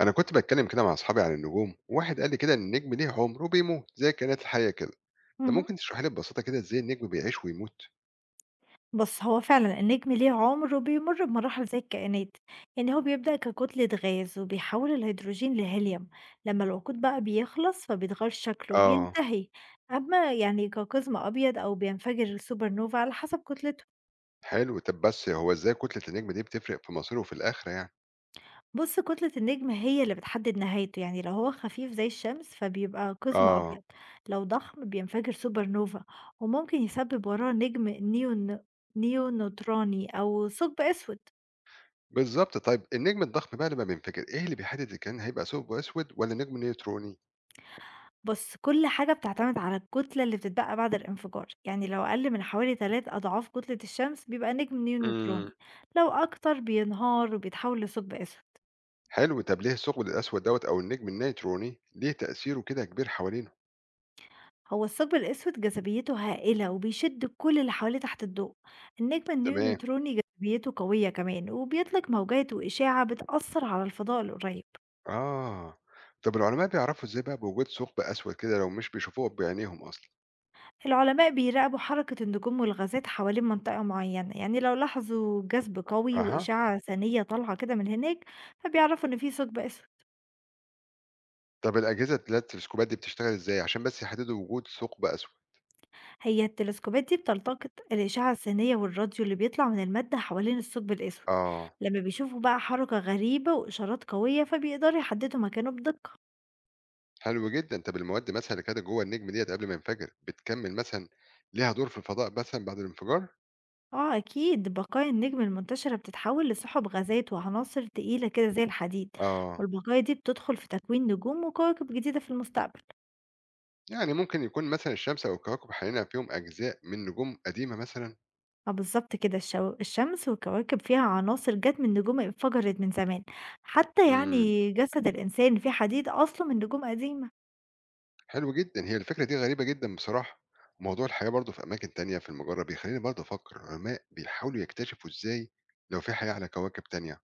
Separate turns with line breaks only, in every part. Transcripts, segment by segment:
أنا كنت باتكلم كده مع أصحابي عن النجوم وواحد قال لي كده إن النجم ليه عمر وبيموت زي الكائنات الحية كده. ده
اهم.
ممكن تشرح لي ببساطة كده إزاي النجم بيعيش ويموت؟
بُص، هو فعلًا النجم ليه عُمر وبيمُر بمراحل زي الكائنات، يعني هو بيبدأ ككتلة غاز وبيحوّل الهيدروجين لهيليوم، لمّا الوقود بقى بيخلص فبيتغيّر شكله
آه.
وبينتهي، أمّا يعني كقزم أبيض أو بينفجر سوبر نوفا على حسب كتلته.
حلو، طب بس هو إزاي كتلة النجم دي بتفرق في مصيره في الآخرة يعني؟
بُص، كتلة النجم هي اللي بتحدد نهايته، يعني لو هو خفيف زي الشمس فبيبقى قزم
آه.
أبيض، لو ضخم بينفجر سوبر نوفا وممكن يسبب وراه نجم نيون نيونوتراني أو ثقب أسود.
بالظبط، طيب النجم الضخم بقى لما بينفجر إيه اللي بيحدد إذا كان هيبقى ثقب أسود ولا نجم نيوتروني؟
بُص، كل حاجة بتعتمد على الكتلة اللي بتتبقى بعد الانفجار، يعني لو أقل من حوالي 3 أضعاف كتلة الشمس بيبقى نجم
امم.
نيوتروني، لو أكتر بينهار وبيتحول لثقب أسود.
حلو، طب ليه الثقب الأسود دوت أو النجم النيوتروني ليه تأثيره كده كبير حوالينه؟
هو الثقب الأسود جاذبيته هائلة وبيشد كل اللي حواليه تحت الضوء، النجم
تمام.
النيوتروني جاذبيته قوية كمان وبيطلق موجات وإشاعة بتأثر على الفضاء القريب.
آه. طب العلماء بيعرفوا إزاي بقى بوجود ثقب أسود كده لو مش بيشوفوه بعينيهم أصلا؟
العلماء بيراقبوا حركة النجوم والغازات حوالين منطقة معينة، يعني لو لاحظوا جذب قوي
أها.
وإشاعة ثانية طالعة كده من هناك فبيعرفوا إن في ثقب أسود.
طب الأجهزة اللي هي التلسكوبات دي بتشتغل إزاي؟ عشان بس يحددوا وجود ثقب أسود.
هي التلسكوبات دي بتلتقط الأشعة السينية والراديو اللي بيطلع من المادة حوالين الثقب الأسود،
آه.
لما بيشوفوا بقى حركة غريبة وإشارات قوية فبيقدروا يحددوا مكانه بدقة.
حلو جدًا، طب المواد مثلًا اللي كانت جوه النجم ديّة قبل ما ينفجر بتكمل مثلًا ليها دور في الفضاء مثلًا بعد الانفجار؟
اه أكيد بقايا النجم المنتشرة بتتحول لسحب غازات وعناصر تقيلة كده زي الحديد،
آه،
والبقايا دي بتدخل في تكوين نجوم وكواكب جديدة في المستقبل.
يعني ممكن يكون مثلًا الشمس أو الكواكب حوالينا فيهم أجزاء من نجوم قديمة مثلًا؟
اه بالظبط كده الشمس والكواكب فيها عناصر جت من نجوم انفجرت من زمان، حتى
إمم،
يعني جسد الإنسان فيه حديد أصله من نجوم قديمة.
حلو جدًا، هي الفكرة دي غريبة جدًا بصراحة. موضوع الحياة برضه في أماكن تانية في المجرة بيخلّيني برضه أفكر العلماء بيحاولوا يكتشفوا إزاي لو في حياة على كواكب تانية.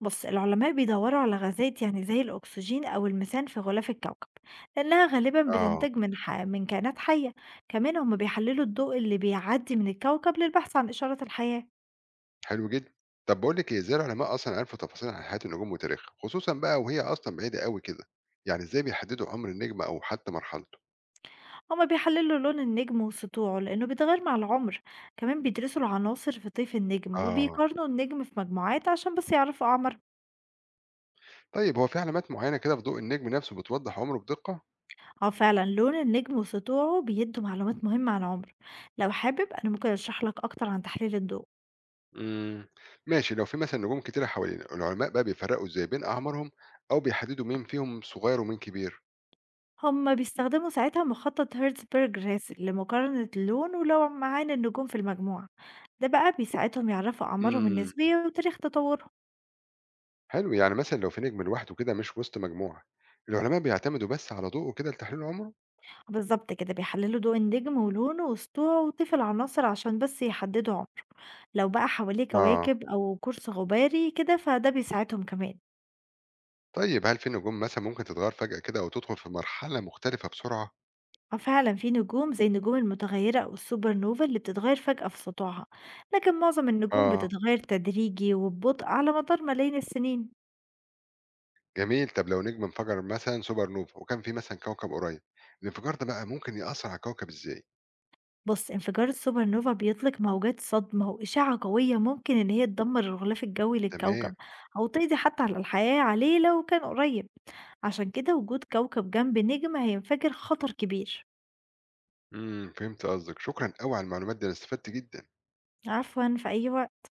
بص العلماء بيدوروا على غازات يعني زي الأكسجين أو الميثان في غلاف الكوكب لأنها غالبا
آه.
بتنتج من كائنات حية، كمان هم بيحللوا الضوء اللي بيعدي من الكوكب للبحث عن إشارة الحياة.
حلو جدًا. طب باقول لِك إيه، إزاي العلماء أصلًا عرفوا تفاصيل عن حياة النجوم وتاريخها، خصوصًا بقى وهي أصلًا بعيدة أوي كده؟ يعني إزاي بيحددوا عمر النجم أو حتى مرحلته؟
هم بيحللوا لون النجم وسطوعه لأنه بيتغير مع العمر، كمان بيدرسوا العناصر في طيف النجم
آه.
وبيقارنوا النجم في مجموعات عشان بس يعرفوا أعمر.
طيب هو في علامات معينة كده في ضوء النجم نفسه بتوضح عمره بدقة؟
أو فعلا لون النجم وسطوعه بيدوا معلومات مهمة عن عمر، لو حابب أنا ممكن أشرح لك أكتر عن تحليل الضوء.
إمم. ماشي، لو في مثلًا نجوم كتيرة حوالينا، العلماء بقى بيفرّقوا إزاي بين أعمارهم أو بيحددوا مين فيهم صغير ومين كبير؟
هُم بيستخدموا ساعتها مخطط هيرتزبرج-راسل لمقارنة اللون ولمعان النجوم في المجموعة، ده بقى بيساعدهم يعرفوا أعمارهم
إمم.
النسبية وتاريخ تطورهم.
حلو، يعني مثلًا لو في نجم لوحده كده مش وسط مجموعة، العلماء بيعتمدوا بس على ضوءه كده لتحليل عمره؟
بالضبط كده بيحللوا ضوء النجم ولونه وسطوعه وطيف العناصر عشان بس يحددوا عمره، لو بقى حواليه
آه.
كواكب أو قرص غباري كده فده بيساعدهم كمان.
طيب هل في نجوم مثلًا ممكن تتغيّر فجأة كده أو تدخل في مرحلة مختلفة بسرعة؟
ففعلًا في نجوم زي النجوم المتغيرة أو السوبر نوفا اللي بتتغير فجأة في سطوعها، لكن معظم النجوم
آه،
بتتغير تدريجي وببطء على مدار ملايين السنين.
جميل. طب لو نجم انفجر مثلًا سوبر نوفا وكان في مثلًا كوكب قريب، الانفجار ده بقى ممكن يأثّر على الكوكب إزاي؟
بُص، انفجار السوبر نوفا بيطلق موجات صدمة وإشعة قوية ممكن إن هي تدمر الغلاف الجوي
تمام.
للكوكب، أو تقضي حتى على الحياة عليه لو كان قريب، عشان كده وجود كوكب جنب نجم هينفجر خطر كبير.
إمم، فهمت قصدك. شكرًا أوي على المعلومات دي، أنا استفدت جدًا.
عفوًا، في أي وقت.